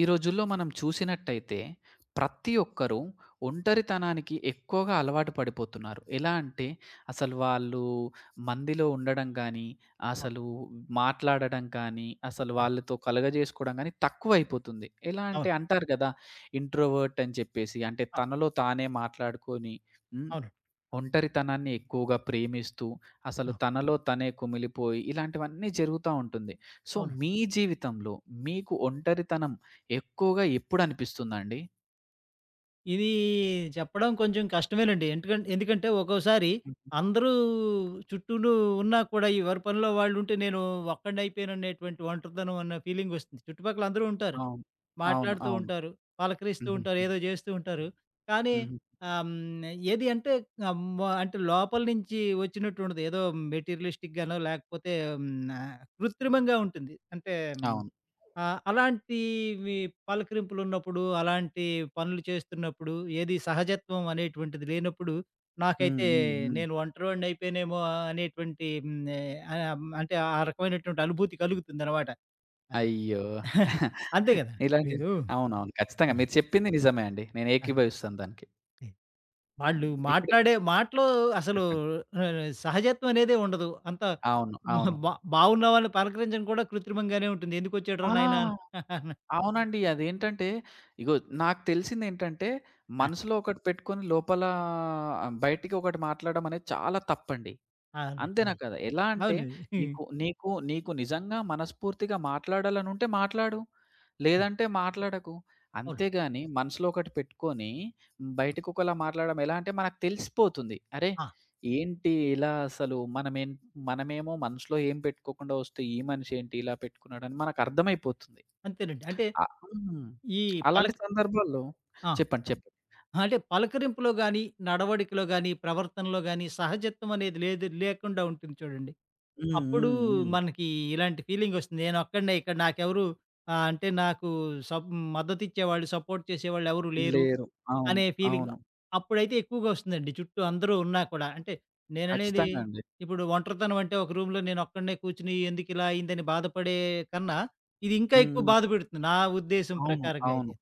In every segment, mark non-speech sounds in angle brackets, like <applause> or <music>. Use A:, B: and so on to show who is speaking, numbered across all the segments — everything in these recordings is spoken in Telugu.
A: ఈ రోజుల్లో మనం చూసినట్టయితే ప్రతి ఒక్కరూ ఒంటరితనానికి ఎక్కువగా అలవాటు పడిపోతున్నారు. ఎలా అంటే అసలు వాళ్ళు మందిలో ఉండడం గానీ,
B: అవును.
A: అసలు మాట్లాడడం కానీ, అసలు
B: అవును.
A: వాళ్ళతో కలగజేసుకోవడం గానీ తక్కువైపోతుంది. ఎలా అంటే
B: అవును.
A: అంటారు గదా! ఇంట్రోవర్ట్ అని చెప్పేసి అంటే
B: అ!
A: తనలో తానే మాట్లాడుకొని హ్మ్.
B: అవును.
A: ఒంటరితనాన్ని ఎక్కువగా ప్రేమిస్తూ, అసలు
B: ఆ!
A: తనలో తనే కుమిలిపోయి ఇలాంటివన్నీ జరుగుతా ఉంటుంది. సో,
B: అవును.
A: మీ జీవితంలో మీకు ఒంటరితనం ఎక్కువగా ఎప్పుడనిపిస్తుందండి?
B: ఇది చెప్పడం కొంచెం కష్టమేనండి. ఎందుకంటే ఒక్కోసారి
A: హుహు.
B: అందరూ చుట్టూను ఉన్నా కూడా ఈ ఎవరి పనిలో వాళ్ళుంటే నేను ఒక్కడినైపోయాననేటువంటి ఒంటరితనం అన్న ఫీలింగొస్తుంది. చుట్టుపక్కల అందరూ ఉంటారు.
A: అవును. అవును.
B: మాట్లాడుతూ
A: అవును.
B: ఉంటారు. పలకరిస్తూ
A: హుహు.
B: ఉంటారు. ఏదో జేస్తూ ఉంటారు. కానీ
A: హుహు.
B: ఆహ్, హ్మ్. ఏది అంటే అమ్మ అంటే లోపల నుంచి వచ్చినట్టుండదు. ఏదో మెటీరియలిస్టిక్‌గానో లేకపోతే హ్మ్. కృత్రిమంగా ఉంటుంది. అంటే
A: అవును.
B: ఆ! అలాంటివి పలకరింపులున్నప్పుడు, అలాంటి పనులు చేస్తున్నప్పుడు, ఏది సహజత్వం అనేటువంటిది లేనప్పుడు,
A: హ్మ్.
B: నాకైతే
A: హ్మ్. హ్మ్.
B: నేను ఒంటరివాడినైపోయానేమో అనేటువంటి అంటే ఆ రకమైనటువంటి అనుభూతి కలుగుతుందనమాట. అది.
A: అయ్యో!
B: <laughs> అంతే గదా!
A: ఇలాంటివి
B: మీకు
A: అవునవును. ఖచ్చితంగా
B: హ్మ్.
A: మీరు చెప్పింది నిజమే అండి. నేను
B: అది.
A: ఏకీభవిస్తాను దానికి.
B: అది. వాళ్ళు
A: హ్మ్. ఇప్పుడే
B: మాట్లాడే మాటలో అసలు
A: చెప్పండి.
B: ఆహ్, సహజత్వం అనేదే ఉండదు. అంతా
A: అవును.
B: మా
A: అవును.
B: బా బావున్నావాని పలకరించడం కూడా కృత్రిమంగానే ఉంటుంది. "ఎందుకొచ్చాడురా
A: ఆ!
B: నాయనా" <laughs>
A: అవునండి. అదేంటంటే, ఇగో నాకు తెలిసిందేంటంటే,
B: ఆ!
A: మనసులో ఒకటి పెట్టుకొని లోపల బయటికి ఒకటి మాట్లాడడం అనేది చాలా తప్పండి.
B: అవునండి.
A: అంతేనా
B: అవును.
A: కదా! ఎలా అంటే,
B: అవును.
A: నీకు నీకు నీకు నిజంగా మనస్ఫూర్తిగా మాట్లాడాలనుంటే మాట్లాడు. లేదంటే మాట్లాడకు.
B: అవును.
A: అంతేగాని మనసులో ఒకటి పెట్టుకొని, బయటికొకలా మాట్లాడడం ఎలా అంటే మనకు తెలిసిపోతుంది. అరే!
B: ఆ!
A: ఏంటి ఇలా అసలు మనమేమో మనసులో ఏం పెట్టుకోకుండా వస్తే, ఈ మనిషేంటి ఇలా పెట్టుకున్నాడని మనకర్థమైపోతుంది.
B: అంతేనండి. అంటే
A: అ హ్మ్.
B: ఈ
A: అలాంటి
B: పలక
A: సందర్భాల్లో
B: ఆ!
A: చెప్పండి. చెప్పండి.
B: అంటే పలకరింపులో గాని, నడవడికలో గాని, ప్రవర్తనలో గాని సహజత్వం అనేది లేదు లేకుండా ఉంటుంది చూడండి.
A: హ్మ్.
B: అప్పుడు
A: హ్మ్. హ్మ్.
B: మనకి ఇలాంటి ఫీలింగొస్తుంది. నేనొక్కడినే ఇక్కడ నాకెవరు అంటే నాకు సబ్ మద్దతిచ్చేవాళ్ళు, సపోర్ట్ చేసేవాళ్ళు ఎవరు లేరు.
A: లేరు. అవును.
B: అనే ఫీలింగ్.
A: అవును.
B: అప్పుడైతే ఎక్కువగా వస్తుందండి. చుట్టూ అందరూ ఉన్నా కూడా. అంటే నేననేది
A: ఖచ్చితంగా అండి.
B: ఇప్పుడు ఒంటరితనం అంటే ఒక రూమ్‌లో నేనొక్కడినే కూర్చొని ఎందుకిలా అయిందని బాధపడే కన్నా, ఇది ఇంకా
A: హ్మ్.
B: ఎక్కువ
A: హ్మ్.
B: బాధ
A: హ్మ్.
B: పెడుతుంది నా ఉద్దేశం
A: అవును.
B: ప్రకారంగా
A: అవును.
B: అయితే.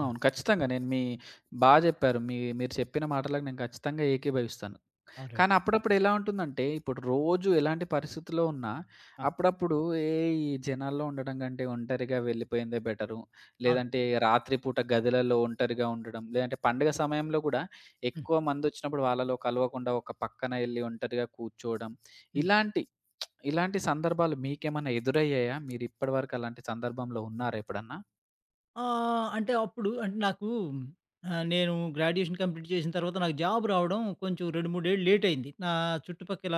B: అవును.
A: ఖచ్చితంగా. నేను మీ బా జెప్పారు. మీ మీరు చెప్పిన మాటలకు నేను ఖచ్చితంగా ఏకీభవిస్తాను.
B: అవునండి.
A: కానీ అప్పుడప్పుడు ఎలా ఉంటుందంటే, ఇప్పుడు రోజు ఎలాంటి పరిస్థితిలో ఉన్నా,
B: ఆ!
A: అప్పుడప్పుడు ఏ ఈ జనాల్లో ఉండడం కంటే ఒంటరిగా వెళ్ళిపోయిందే బెటరు.
B: అవును.
A: లేదంటే రాత్రి పూట గదులలో ఒంటరిగా ఉండడం, లేదంటే పండుగ సమయంలో కూడా
B: హ్మ్.
A: ఎక్కువ మందొచ్చినప్పుడు వాళ్ళలో కలవకుండా ఒక పక్కన ఎళ్లి ఒంటరిగా కూర్చోవడం.
B: హ్మ్.
A: ఇలాంటి, ఇలాంటి సందర్భాలు మీకేమన్నా ఎదురయ్యాయా? మీరు ఇప్పటి వరకు అలాంటి సందర్భంలో ఉన్నారా ఎప్పుడన్నా?
B: ఆ! అంటే అప్పుడు అంటే నాకు నేను గ్రాడ్యుయేషన్ కంప్లీట్ చేసిన తర్వాత నాకు జాబ్ రావడం కొంచెం 2, 3 ఏళ్ళు లేట్ అయింది. నా చుట్టుపక్కల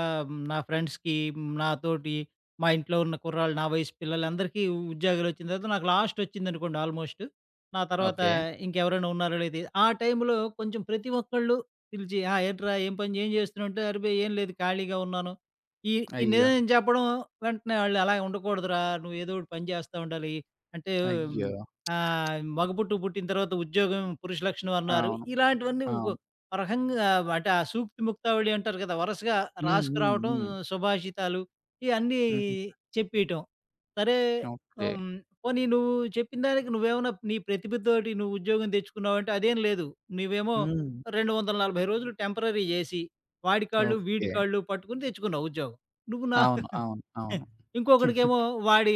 B: నా ఫ్రెండ్స్‌కి, నాతోటి మా ఇంట్లో ఉన్న కుర్రాళ్ళు, నా వయసు పిల్లలందరికీ ఉద్యోగాలు వచ్చిన తర్వాత నాకు లాస్ట్ వచ్చిందనుకోండి ఆల్మోస్ట్. నా తర్వాత
A: ఓకే.
B: ఇంకెవరైనా ఉన్నారో లేదో ఆ టైంలో కొంచెం ప్రతి ఒక్కళ్ళు పిలిచి "ఆ! ఏంట్రా ఏం పని ఏం చేస్తున్నావు?" అంటే "అరె! బె ఏం లేదు ఖాళీగా ఉన్నాను." ఈ ఈ
A: అయ్యో!
B: నిజం చెప్పడం వెంటనే వాళ్ళు "అలా ఉండకూడదురా! నువ్వు ఏదో ఒకటి పని చేస్తా ఉండాలి." అంటే
A: అయ్యో!
B: మగపుట్టు పుట్టిన తర్వాత ఉద్యోగం పురుష లక్షణం అన్నారు.
A: అవును.
B: ఇలాంటివన్నీ ఒక
A: అవును.
B: రకంగా అంటే ఆ సూక్తి ముక్తావళి అంటారు కదా! వరుసగా
A: హ్మ్. హ్మ్.
B: రాసుకురావటం,
A: హ్మ్.
B: సుభాషితాలు ఇయన్నీ
A: హుహు.
B: చెప్పియటం. సరే
A: ఓకే.
B: హ్మ్. పోనీ నువ్వు చెప్పిన దానికి నువ్వేమన్నా నీ ప్రతిభతోటి నువ్వు ఉద్యోగం తెచ్చుకున్నావంటే అదేం లేదు. నువ్వేమో
A: హ్మ్.
B: 240 రోజులు టెంపరరీ జేసి వాడి కాళ్ళు, వీడి
A: ఓకే.
B: కాళ్ళు పట్టుకొని తెచ్చుకున్నావు ఉద్యోగం. నువ్వు నా
A: అవును. అవును. అవును.
B: ఇంకొకడికేమో
A: <laughs>
B: వాడి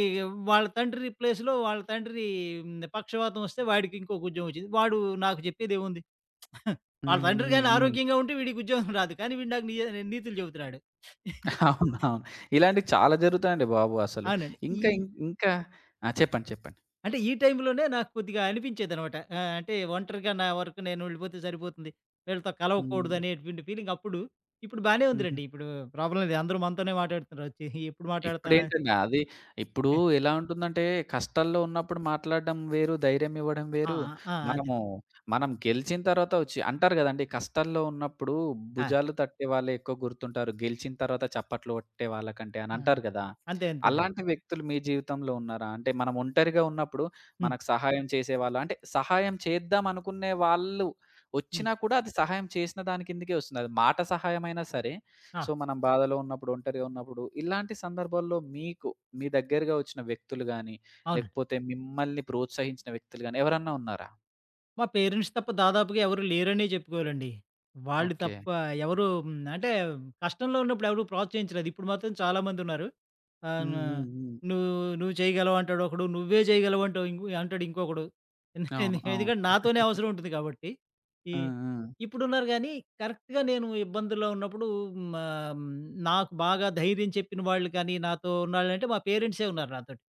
B: వాళ్ళ తండ్రి ప్లేస్‌లో వాళ్ళ తండ్రి పక్షవాతం వస్తే వాడికి ఇంకొక ఉద్యోగం వచ్చింది. వాడు నాకు చెప్పేదేముంది? <laughs> వాళ్ళ
A: హ్మ్.
B: తండ్రి
A: హ్మ్.
B: గాని
A: హ్మ్.
B: ఆరోగ్యంగా ఉంటే వీడికి ఉద్యోగం రాదు. కానీ వీడు నాకు నీతులు చెబుతున్నాడు. <laughs>
A: అవును. అవును. ఇలాంటివి చాలా జరుగుతాయండి బాబు అసలు.
B: అవునండి.
A: ఇంకా ఆ! చెప్పండి. చెప్పండి.
B: అంటే ఈ టైంలోనే నాకు కొద్దిగా అనిపించేదనమాట. ఆ! అంటే ఒంటరిగా నా వరకు నేను వెళ్ళిపోతే సరిపోతుంది. వీళ్ళతో
A: హ్మ్.
B: కలవకూడదు అనేటువంటి ఫీలింగ్ అప్పుడు. ఇప్పుడు బానే
A: హుహు.
B: ఉందిలెండి. ఇప్పుడు ప్రాబ్లమ్ లేదు. అందరూ మనతోనే మాట్లాడుతున్నారు వచ్చి. ఎప్పుడు మాట్లాడతామా?
A: ఇప్పుడేంటండి అది ఇప్పుడు
B: <laughs>
A: ఎలా ఉంటుందంటే, కష్టాల్లో ఉన్నప్పుడు మాట్లాడడం వేరు, ధైర్యం ఇవ్వడం
B: ఆ!
A: వేరు.
B: ఆ! ఆ! అదే.
A: మనము మనం గెలిచిన తర్వాత వచ్చి అంటారు గదండీ! కష్టాల్లో ఉన్నప్పుడు
B: ఆ!
A: భుజాలు తట్టే వాళ్ళే ఎక్కువ గుర్తుంటారు. గెలిచిన తర్వాత చప్పట్లు కొట్టే వాళ్ళకంటే అని
B: ఆ!
A: అంటారు గదా!
B: అంతేనండి.
A: అలాంటి వ్యక్తులు మీ జీవితంలో ఉన్నారా? అంటే మనం ఒంటరిగా ఉన్నప్పుడు
B: హ్మ్.
A: మనకు సహాయం చేసేవాళ్ళు అంటే సహాయం చేద్దాం అనుకునే వాళ్ళు
B: హ్మ్.
A: వచ్చినా కూడా అది సహాయం చేసిన దాని కిందకే వస్తుంది. అది మాట సహాయమైనా సరే
B: ఆ!
A: సో, మనం బాధలో ఉన్నప్పుడు, ఒంటరిగా ఉన్నప్పుడు, ఇలాంటి సందర్భాల్లో మీకు మీ దగ్గరగా వచ్చిన వ్యక్తులు గాని,
B: అవునండి.
A: లేకపోతే మిమ్మల్ని ప్రోత్సహించిన వ్యక్తులు గాని ఎవరన్నా ఉన్నారా?
B: మా పేరెంట్స్ తప్ప దాదాపుగా ఎవరు లేరనే చెప్పుకోవాలండి. వాళ్ళు
A: ఓకే.
B: తప్ప ఎవరు అంటే కష్టంలో ఉన్నప్పుడు ఎవరు ప్రోత్సహించలేదు. ఇప్పుడు మాత్రం చాలామందున్నారు. ఆహ్,
A: హ్మ్.
B: న
A: హ్మ్. హ్మ్.
B: నువ్వు నువ్వు చేయగలవు అంటాడు ఒకడు. నువ్వే చేయగలవు అంటావు ఇంకో అంటాడు ఇంకొకడు. ఎందు-
A: అవును.
B: ఎందుకంటే
A: అవును.
B: నాతోనే అవసరం ఉంటుంది కాబట్టి. ఈ
A: ఆ! ఆ!
B: ఇప్పుడున్నారు గానీ కరెక్ట్‌గా నేను ఇబ్బందుల్లో ఉన్నప్పుడు మా నాకు బాగా ధైర్యం చెప్పిన వాళ్ళు కానీ, నాతో ఉన్నాళ్ళంటే మా పేరెంట్సే ఉన్నారు నాతోటి.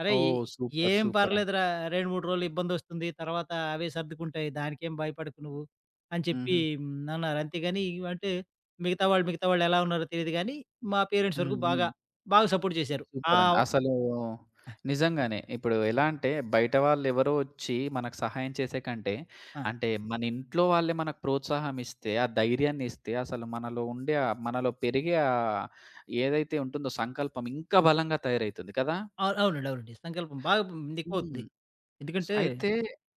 B: అరేయ్!
A: ఓహ్! సూపర్.
B: ఏం
A: సూపర్ అండి.
B: పర్లేదురా 2, 3 రోజులు ఇబ్బందొస్తుంది. తర్వాత అవే సర్దుకుంటాయి. దానికేం భయపడకు నువ్వు అని చెప్పి
A: హుహు.
B: అన్నారు. అంతేగాని ఇవి అంటే మిగతా వాళ్ళు ఎలా ఉన్నారో తెలీదు గానీ, మా పేరెంట్స్
A: హ్మ్.
B: వరకు బాగా,
A: హ్మ్.
B: బాగా సపోర్ట్ చేశారు.
A: సూపరండి.
B: ఆవ్
A: అసలు నిజంగానే. ఇప్పుడు ఎలా అంటే బయట వాళ్ళెవరో ఒచ్చి మనకు సహాయం చేసే కంటే,
B: ఆ!
A: అంటే మన ఇంట్లో వాళ్ళే మనకు ప్రోత్సాహం ఇస్తే, ఆ ధైర్యాన్ని ఇస్తే అసలు మనలో ఉండే ఆ మనలో పెరిగే ఏదైతే ఉంటుందో సంకల్పం ఇంకా బలంగా తయారైతుంది కదా!
B: అవును. అవునండి. అవునండి. సంకల్పం బాగా
A: హ్మ్.
B: ఎక్కువవుతుంది.
A: సో,
B: ఎందుకంటే
A: అయితే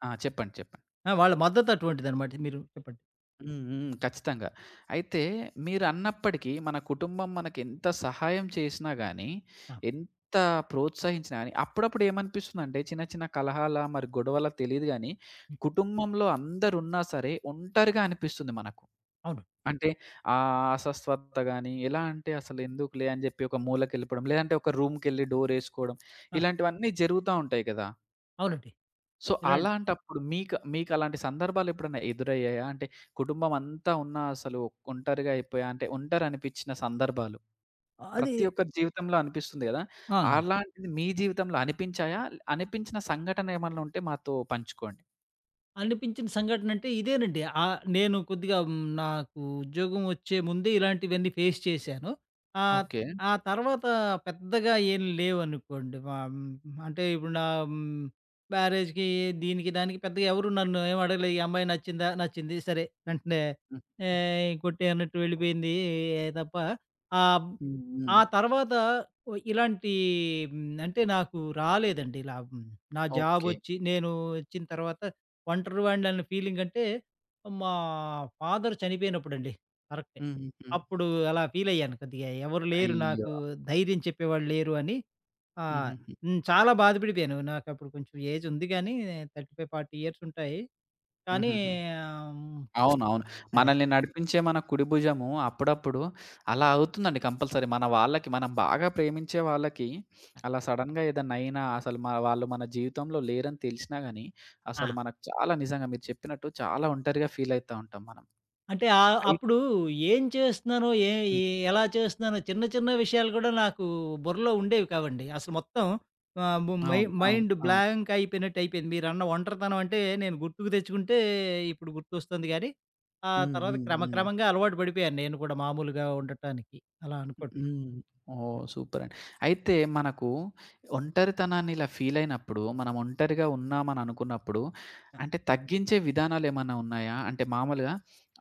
A: ఆ! చెప్పండి. చెప్పండి.
B: ఆ! వాళ్ళ మద్దతు అటువంటిదనమాట. మీరు చెప్పండి.
A: హ్మ్. హ్మ్. ఖచ్చితంగా. అయితే మీరన్నప్పటికీ మన కుటుంబం మనకెంత సహాయం చేసినా గానీ,
B: ఆ!
A: ఎంత ప్రోత్సహించినా గానీ, అప్పుడప్పుడు ఏమనిపిస్తుందంటే చిన్న చిన్న కలహాల, మరి గొడవలా తెలీదు గానీ,
B: హ్మ్.
A: కుటుంబంలో అందరున్నా సరే ఒంటరిగా అనిపిస్తుంది మనకు.
B: అవును.
A: అంటే ఆ అస్వస్థత గానీ, ఎలా అంటే అసలెందుకులే అని జెప్పి ఒక మూలకెళ్ళిపోవడం, లేదంటే ఒక రూమ్‌కెళ్ళి డోరేసుకోవడం,
B: ఆ!
A: ఇలాంటివన్నీ జరుగుతా ఉంటాయి గదా!
B: అవునండి.
A: సో,
B: ఇలాంటి
A: అలాంటప్పుడు మీకు మీకలాంటి సందర్భాలెప్పుడన్నా ఎదురయ్యాయా? అంటే కుటుంబం అంతా ఉన్నా అసలు ఒంటరిగా అయిపోయా అంటే ఒంటరనిపిచ్చిన సందర్భాలు.
B: అది
A: ప్రతి ఒక్కరి జీవితంలో అనిపిస్తుంది గదా!
B: ఆ!
A: అలాంటిది మీ జీవితంలో అనిపించాయా? అనిపించిన సంఘటన ఏమన్నా ఉంటే మాతో పంచుకోండి.
B: అనిపించిన సంఘటనంటే ఇదేనండి. నేను కొద్దిగా నాకు ఉద్యోగం వచ్చే ముందే ఇలాంటివన్నీ ఫేస్ చేశాను. ఆహ్,
A: ఓకే.
B: ఆ తర్వాత పెద్దగా ఏం లేవనుకోండి. అంటే ఇప్పుడు నా హ్మ్, మ్యారేజ్‌కి దీనికి దానికి పెద్దగా ఎవరు నన్ను ఏం అడగలేదు. "ఈ అమ్మాయి నచ్చిందా?" "నచ్చింది." సరే వెంటనే
A: హ్మ్.
B: ఏయ్! కొట్టేయ్ అన్నట్టు వెళ్ళిపోయింది ఏ తప్ప ఆహ్,
A: హ్మ్. హ్మ్.
B: ఆ తర్వాత ఇలాంటి అంటే నాకు రాలేదండి ఇలా. నా
A: ఓకే.
B: జాబొచ్చి నేను వచ్చిన తర్వాత ఒంటరివాడిని అన్న ఫీలింగ్ అంటే మా ఫాదర్ చనిపోయినప్పుడండి. కరెక్టే.
A: హుహుహు.
B: అప్పుడు అలా ఫీల్ అయ్యాను కొద్దిగా ఎవరు లేరు
A: అయ్యో!
B: నాకు ధైర్యం చెప్పేవాళ్ళు లేరు అని. ఆహ్,
A: హుహుహు.
B: హ్మ్. చాలా బాధపడిపోయాను. నాకప్పుడు కొంచెం ఏజ్ ఉంది గానీ 35, 40 ఇయర్స్ ఉంటాయి. కానీ
A: హుహుహు.
B: ఆహ్, హ్మ్.
A: అవునవును.
B: అదే.
A: మనల్ని నడిపించే మన కుడి భుజము అప్పుడప్పుడు అలా అవుతుందండి కంపల్సరీ. మన వాళ్ళకి మనం బాగా ప్రేమించే వాళ్ళకి అలా సడెన్‌గా ఏదన్నా అయినా అసలు వాళ్ళు మన జీవితంలో లేరని తెలిసినా గాని,
B: ఆ!
A: అసలు మనకు చాలా నిజంగా మీరు చెప్పినట్టు చాలా ఒంటరిగా ఫీల్ అయితా ఉంటాం మనం.
B: అంటే
A: అయి
B: అప్పుడు ఏం చేస్తున్నానో, ఏ
A: హ్మ్.
B: ఏ ఎలా చేస్తున్నానో చిన్న చిన్న విషయాలు కూడా నాకు బుర్రలో ఉండేవి కావండి. అసలు మొత్తం ఆహ్, ము మై
A: అవును. అవును.
B: మైండ్
A: అవును.
B: బ్లాంక్ అయిపోయినట్టు అయిపోయింది. మీరన్న ఒంటరితనం అంటే నేను గుర్తుకు తెచ్చుకుంటే ఇప్పుడు గుర్తొస్తుంది గానీ, ఆ
A: హ్మ్.
B: తర్వాత
A: హ్మ్. హ్మ్.
B: క్రమక్రమంగా అలవాటు పడిపోయాను నేను కూడా మామూలుగా ఉండటానికి అలా అనుకోండి.
A: హ్మ్. ఓహ్!
B: హ్మ్.
A: సూపర్ అండి. అయితే మనకు ఒంటరితనాన్ని ఇలా ఫీల్ అయినప్పుడు, మనం ఒంటరిగా ఉన్నామని అనుకున్నప్పుడు,
B: ఆ!
A: అంటే తగ్గించే విధానాలేమన్నా ఉన్నాయా? అంటే మామూలుగా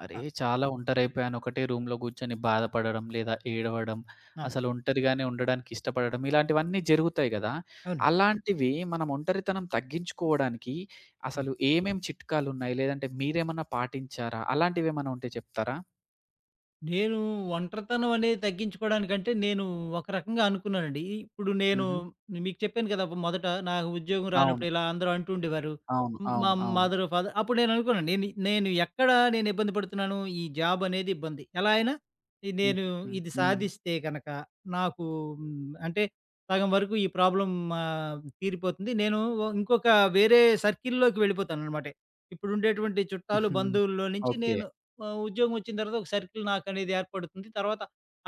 A: అరే!
B: ఆ!
A: చాలా ఒంటరైపోయాను. ఒకటే రూమ్‌లో కూర్చొని బాధపడడం, లేదా ఏడవడం,
B: ఆ!
A: అసలు ఒంటరిగానే ఉండడానికి ఇష్టపడడం, ఇలాంటివన్నీ జరుగుతాయి కదా!
B: అవును.
A: అలాంటివి మనం ఒంటరితనం తగ్గించుకోవడానికి అసలు ఏమేం చిట్కాలున్నాయి? లేదంటే మీరేమన్నా పాటించారా? అలాంటివేమన్నా ఉంటే చెప్తారా?
B: నేను ఒంటరితనం అనేది తగ్గించుకోవడానికంటే, నేను ఒక రకంగా అనుకున్నానండి. ఇప్పుడు నేను
A: హుహు.
B: మీకు చెప్పాను కదా! మొదట నాకు ఉద్యోగం
A: అవును.
B: రానప్పుడు ఇలా అందరూ అంటూ ఉండేవారు.
A: అవును.
B: మా
A: అవును. అవును.
B: మదర్, ఫాదర్ అప్పుడు నేను అనుకున్నాను. నేను నేను ఎక్కడ నేను ఇబ్బంది పడుతున్నాను? ఈ జాబ్ అనేది ఇబ్బంది. ఎలా అయినా ఇది నేను
A: హుహుహు.
B: ఇది
A: హ్మ్.
B: సాధిస్తే గనక నాకు అంటే సగం వరకు ఈ ప్రాబ్లమ్ తీరిపోతుంది. నేను ఓ- ఇంకొక వేరే సర్కిల్‌లోకి వెళ్ళిపోతాననమాట. ఇప్పుడు ఉండేటువంటి చుట్టాలు,
A: హుహు.
B: బంధువుల్లో నుంచి
A: ఓకే.
B: నేను ఉద్యోగం వచ్చిన తర్వాత ఒక సర్కిల్ నాకనేది ఏర్పడుతుంది. తర్వాత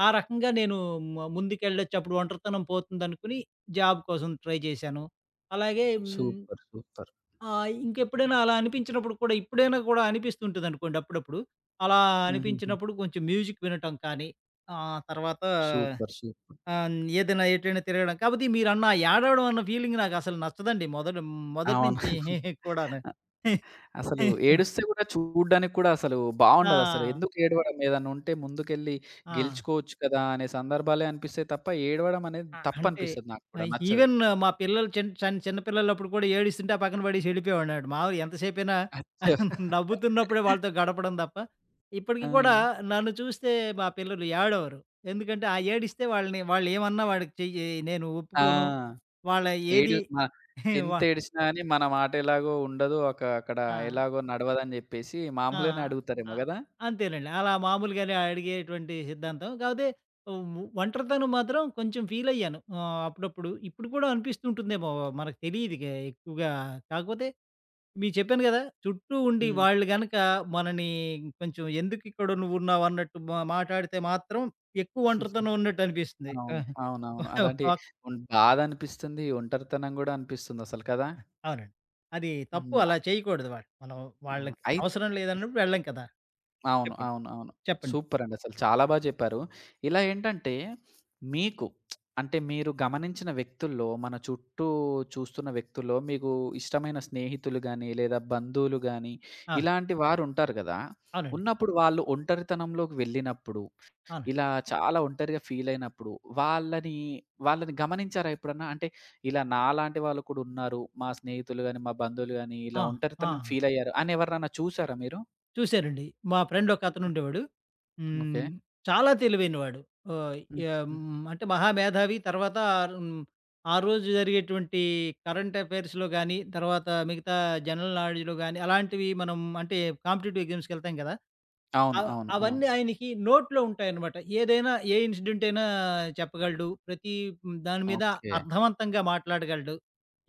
B: ఆ రకంగా నేను ముందుకెళ్ళొచ్చు. అప్పుడు ఒంటరితనం పోతుందనుకుని జాబ్ కోసం ట్రై చేశాను. అలాగే
A: సూపర్. సూపర్.
B: ఇంకెప్పుడైనా అలా అనిపించినప్పుడు కూడా ఇప్పుడైనా కూడా అనిపిస్తుంటదనుకోండి అప్పుడప్పుడు. అలా
A: హుహుహు.
B: అనిపించినప్పుడు కొంచెం మ్యూజిక్ వినటం కానీ, తర్వాత
A: సూపర్. సూపర్.
B: ఏదైనా ఎటైనా తిరగడం. కాకపోతే మీరన్న ఆ ఏడవడం అన్న ఫీలింగ్ నాకసలు నచ్చదండి. మొదటి
A: అవును.
B: నుంచి
A: అ
B: <laughs> కూడాను.
A: అసలు ఏడుస్తే కూడా చూడ్డానికి కూడా అసలు బావుండదసలు.
B: ఆ!
A: ఎందుకు ఏడవడం? ఏదన్నా ఉంటే ముందుకెళ్ళి
B: ఆ!
A: గెలుచుకోవచ్చు కదా! అనే సందర్భాలే అనిపిస్తాయి తప్ప ఏడవడం అనేది
B: ఆ! అంటే
A: తప్పనిపిస్తది నాకు కూడా నచ్చదు.
B: ఈవెన్ మా పిల్లలు చిన్ చిన్ చిన్న పిల్లలప్పుడు కూడా ఏడిస్తుంటే, ఆ పక్కన పడేసి వెళ్ళిపోయేవాడినన్నమాట. మామూలుగా ఎంతసేపైనా
A: <laughs> అచ్చా!
B: <laughs> నవ్వుతున్నప్పుడే వాళ్ళతో గడపడం తప్ప, ఇప్పటికి
A: ఆ!
B: కూడా నన్ను చూస్తే మా పిల్లలు ఏడవరు. ఎందుకంటే, ఆ ఏడిస్తే వాళ్ళని వాళ్ళేమన్నా వాడికి చెయ్యి నేను
A: ఆ!
B: ఒప్పుకోను. వాళ్ళ
A: ఏడు
B: ఏది
A: మ
B: <laughs>
A: ఎంత
B: వా
A: ఏడిచినా గాని మన మాట ఎలాగో ఉండదు. ఒక అక్కడ
B: ఆ!
A: ఎలాగో నడవదని జెప్పేసి
B: ఆ!
A: మామూలుగానే
B: అ
A: అడుగుతారేమో గదా!
B: అంతేనండి. అలా మామూలుగానే అడిగేటువంటి సిద్ధాంతం. కాకపోతే వ్ ఒంటరితనం మాత్రం కొంచెం ఫీలయ్యాను. అప్పుడప్పుడు. ఇప్పుడు కూడా అనిపిస్తుంటుందేమో మనకు తెలీదు ఎక్కువగా. కాకపోతే మీకు చెప్పాను గదా! చుట్టూ ఉండి
A: హ్మ్.
B: వాళ్ళు గనక మనని కొంచెం ఎందుకిక్కడ నువ్వున్నావు అన్నట్టు మాటాడితే మాత్రం ఎక్కువ ఒంటరితనం ఉన్నట్టు అనిపిస్తుంది.
A: అవును. అవునవును.
B: <laughs>
A: అలాంటి
B: ఒక్
A: బాధనిపిస్తుంది. ఒంటరితనం గూడా అనిపిస్తుందసలు కదా!
B: అవునండి. అది తప్పు
A: హ్మ్.
B: అలా చేయకూడదు వాళ్ళు. మనం
A: హ్మ్.
B: వాళ్ళకి అవసరం లేదన్నప్పుడు వెళ్ళం కదా!
A: అవును.
B: చెప్పండి.
A: అవును. అవును.
B: చెప్పండి.
A: సూపరండి. అసలు చాలా బా జెప్పారు. ఇలా ఏంటంటే మీకు అంటే మీరు గమనించిన వ్యక్తుల్లో, మన చుట్టూ చూస్తున్న వ్యక్తుల్లో మీకు ఇష్టమైన స్నేహితులు గాని, లేదా బంధువులు గాని,
B: అవును.
A: ఇలాంటి వారుంటారు గదా!
B: అవునండి.
A: ఉన్నప్పుడు వాళ్ళు ఒంటరితనంలోకి వెళ్ళినప్పుడు
B: అవును.
A: ఇలా చాలా ఒంటరిగా ఫీలయినప్పుడు వాళ్ళని వాళ్ళని గమనించారా ఎప్పుడన్నా? అంటే ఇలా నాలాంటి వాళ్ళు కూడా ఉన్నారు. మా స్నేహితులు గాని, మా బంధువులు గాని ఇలా
B: ఆ! ఆ!
A: ఒంటరితనం ఫీలయ్యారు అని ఎవరినన్నా చూసారా మీరు?
B: చూసానండి. మా ఫ్రెండ్ ఒకతనుండేవాడు.
A: ఓకే.
B: హ్మ్. చాలా తెలివైనవాడు. ఓహ్!
A: హ్మ్.
B: ఎం
A: హ్మ్.
B: అంటే మహా మేధావి. తర్వాత హ్మ్, ఆ రోజు జరిగేటువంటి కరెంట్ అఫైర్స్‌లో గాని, తర్వాత మిగతా జనరల్ నాలెడ్జ్‌లో గాని అలాంటివి మనం అంటే కాంపిటీటివ్ ఎగ్జామ్స్‌కెళ్తాం కదా!
A: అవును.
B: అవ
A: అవును. అవును.
B: అవన్నీ ఆయనకి నోట్లో ఉంటాయన్నమాట. ఏదైనా ఏ ఇన్సిడెంట్ అయినా చెప్పగలడు. ప్రతి దాని మీద
A: ఓకే.
B: అర్థవంతంగా మాట్లాడగలడు.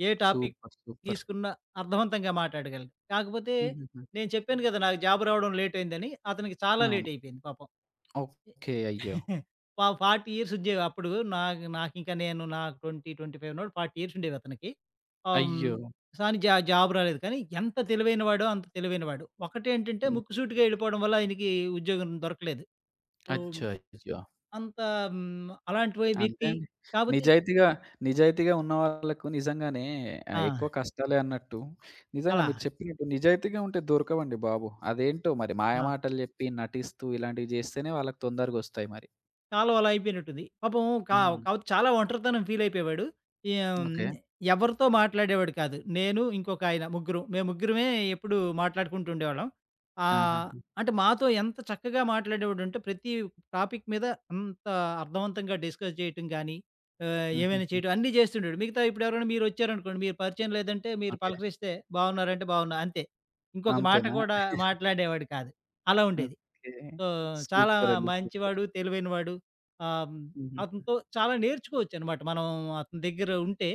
B: ఏ టాపిక్
A: సూపర్. సూపర్.
B: తీసుకున్నా అర్థవంతంగా మాట్లాడగలడు. కాకపోతే
A: హుహుహు.
B: నేను చెప్పాను కదా! నాకు జాబ్ రావడం లేట్ అయిందని. అతనికి చాలా
A: అవును.
B: లేట్ అయిపోయింది పాపం.
A: ఓకే. అయ్యో!
B: ఫార్టీ ఇయర్స్ ఉండేవి. అప్పుడు నా నాకింక నేను నా 20, 25 ఉన్నప్పుడు 40 ఇయర్స్ ఉండేవి అతనికి. ఆహ్, హ్మ్.
A: అయ్యో!
B: కానీ జాబ్ రాలేదు. కానీ ఎంత తెలివైనవాడో అంత తెలివైనవాడు. ఒకటేంటంటే
A: హ్మ్.
B: ముక్కుసూటిగా వెళ్ళిపోవడం వల్ల ఆయనకి ఉద్యోగం దొరకలేదు. సో,
A: అచ్చో! అయ్యో!
B: అంత హ్మ్. అలాంటి
A: అంతే
B: వ్యక్తి.
A: అండి.
B: కాబట్టి
A: నిజాయితీగా, నిజాయితీగా ఉన్న వాళ్ళకు నిజంగానే
B: ఆ!
A: ఎక్కువ కష్టాలే అన్నట్టు. నిజంగా
B: అలా.
A: మీరు చెప్పినట్టు నిజాయితీగా ఉంటే దొరకవండి బాబు. అదేంటో మరి
B: ఆ!
A: మాయమాటలు జెప్పి, నటిస్తూ ఇలాంటివి జేస్తేనే వాళ్ళకి తొందరగొస్తాయి మరి.
B: కాలం అలా అయిపోయినట్టుంది. పాపం కా
A: హ్మ్.
B: కాపోతే చాలా ఒంటరితనం ఫీల్ అయిపోయేవాడు. ఏం
A: ఓకే.
B: ఎవరితో మాట్లాడేవాడు కాదు. నేను ఇంకొక ఆయన ముగ్గురం. మేము ముగ్గురమే ఎప్పుడు మాట్లాడుకుంటూ ఉండేవాళ్ళం.
A: ఆహా!
B: ఆహ్, అంటే మాతో ఎంత చక్కగా మాట్లాడేవాడంటే ప్రతి టాపిక్ మీద అంత అర్థవంతంగా డిస్కస్ చేయటం గానీ, ఏమైనా
A: హుహుహు.
B: చేయటం అన్నీ చేస్తుండేడు. మిగతా ఇప్పుడు ఎవరైనా మీరొచ్చారనుకోండి, మీరు పరిచయం లేదంటే మీరు
A: ఓకే.
B: పలకరిస్తే బాగున్నారంటే బాగున్నా అంతే. ఇంకొక మాట
A: అంతేనా?
B: కూడా
A: <laughs>
B: మాట్లాడేవాడు కాదు. అలా ఉండేది.
A: ఓకే.
B: సో, చాలా
A: సూపర్ అండి. సూపర్.
B: మంచివాడు, తెలివైనవాడు. ఆహ్, హ్మ్,
A: హుహు.
B: అతనితో చాలా నేర్చుకోవచ్చనమాట మనం అతని దగ్గర ఉంటే.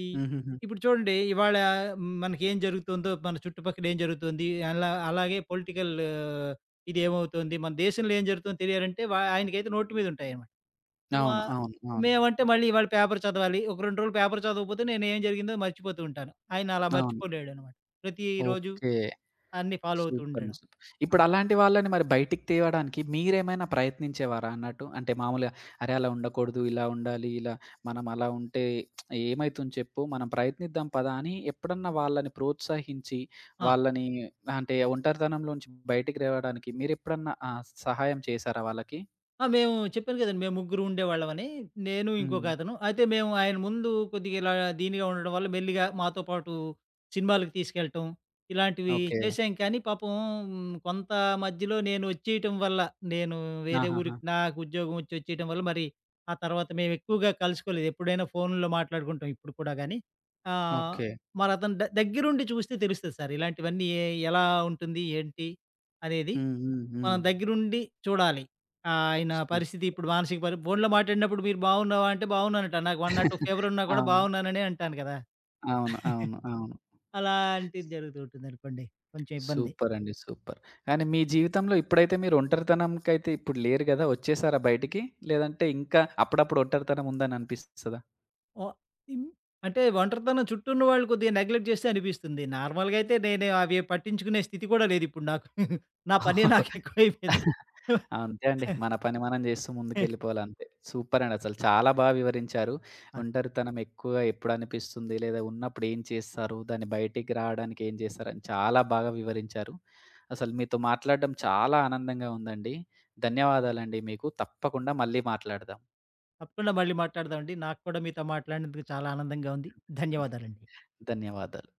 B: ఈ
A: హుహుహు.
B: ఇప్పుడు చూడండి ఇవాళ మనకేం జరుగుతుందో, మన చుట్టుపక్కల ఏం జరుగుతుంది, అలా అలాగే పొలిటికల్ ఇదేమవుతుంది, మన దేశంలో ఏం జరుగుతుందో తెలియాలంటే ఆయనకైతే నోటి మీద ఉంటాయనమాట. వా
A: అవును. అవును. అవును.
B: మేమంటే మళ్ళీ ఇవాళ పేపర్ చదవాలి. ఒక 2 రోజులు పేపర్ చదవకపోతే నేను ఏం జరిగిందో మర్చిపోతూ ఉంటాను. ఆయన అలా
A: అవును.
B: మర్చిపోలేడనమాట. ప్రతిరోజు
A: ఓకే.
B: అన్నీ ఫాలో అవుతూ
A: సూపర్.
B: ఉండడం.
A: సూపర్. ఇప్పుడు
B: అలా.
A: అలాంటి వాళ్ళని మరి బయటికి తేవడానికి మీరేమైనా ప్రయత్నించేవారా అన్నట్టు? అంటే మామూలుగా అరే! అలా ఉండకూడదు, ఇలా ఉండాలి, ఇలా మనం అలా ఉంటే ఏమైతుంది చెప్పు, మనం ప్రయత్నిద్దాం పదా అని ఎప్పుడన్నా వాళ్ళని ప్రోత్సహించి,
B: ఆ!
A: వాళ్ళని అంటే ఒంటరితనంలోంచి బయటికి రావడానికి మీరెప్పుడన్నా సహాయం చేశారా వాళ్ళకి?
B: ఆ! మేము చెప్పాను కదండీ! మేము ముగ్గురు ఉండేవాళ్ళమని. నేను ఇంకొక
A: హ్మ్.
B: అతను. అయితే మేము ఆయన ముందు కొద్దిగా ఇలా దీనిగా ఉండడం వల్ల మెల్లిగా మాతో పాటు సినిమాలకు తీసుకెళ్ళటం, ఇలాంటివి
A: ఓకే.
B: చేశాం కానీ పాపం కొంత మధ్యలో నేను వచ్చేయటం వల్ల, నేను వేరే
A: ఆహాహా!
B: ఊరికి నాకు ఉద్యోగం వచ్చి వచ్చేయటం వల్ల మరి ఆ తర్వాత మేము ఎక్కువగా కలుసుకోలేదు. ఎప్పుడైనా ఫోన్‌లో మాట్లాడుకుంటాం ఇప్పుడు కూడా గానీ. ఆహ్,
A: ఓకే.
B: మరతను దగ్గరుండి చూస్తే తెలుస్తది సార్. ఇలాంటివన్నీ ఎలా ఉంటుంది? ఏంటి? అనేది.
A: హ్మ్. హ్మ్. హ్మ్.
B: మనం దగ్గరుండి చూడాలి. ఆ, ఆయన
A: సూప్
B: పరిస్థితి ఇప్పుడు మానసిక పరి ఫోన్‌లో మాట్లాడినప్పుడు మీరు బాగున్నావా? అంటే బాగున్నానట. నాకు 1 నాట్ 2 ఫీవర్
A: <laughs>
B: ఉన్నా కూడా
A: అవును.
B: బాగున్నాననే అంటాను కదా!
A: అవును. అవును. అవును.
B: అలాంటిది జరుగుతూ ఉంటుందనుకోండి. కొంచెం ఇబ్బంది.
A: సూపరండి. సూపర్. కానీ మీ జీవితంలో ఇప్పుడైతే మీరు ఒంటరితనంకైతే ఇప్పుడు లేరు గదా! వచ్చేసారా బయటికి? లేదంటే ఇంకా అప్పుడప్పుడు ఒంటరితనం ఉందని అనిపిస్తదా?
B: ఓ ఇం అంటే ఒంటరితనం చుట్టూ ఉన్న వాళ్ళు కొద్దిగా నెగ్లెక్ట్ చేస్తే అనిపిస్తుంది. నార్మల్‌గా అయితే నేను అవి పట్టించుకునే స్థితి కూడా లేదిప్పుడు నాకు. నా పనే నాకు
A: <laughs>
B: ఎక్కువైపోయింది.
A: అంతే అండి. మన పని మనం జేస్తూ ముందుకెళ్ళిపోవాలి అంతే. సూపర్ అండి అసలు. చాలా బా వివరించారు.
B: ఆ!
A: ఒంటరితనం ఎక్కువగా ఎప్పుడు అనిపిస్తుంది? లేదా ఉన్నప్పుడు ఏం చేస్తారు? దాన్ని బయటికి రావడానికి ఏం చేస్తారని చాలా బాగా వివరించారు. అసలు మీతో మాట్లాడడం చాలా ఆనందంగా ఉందండి. ధన్యవాదాలండి మీకు. తప్పకుండా మళ్ళీ మాట్లాడదాం.
B: తప్పకుండా మళ్ళీ మాట్లాడదామండి. నాకు కూడా మీతో మాట్లాడినందుకు చాలా ఆనందంగా ఉంది. ధన్యవాదాలండి.
A: ధన్యవాదాలు.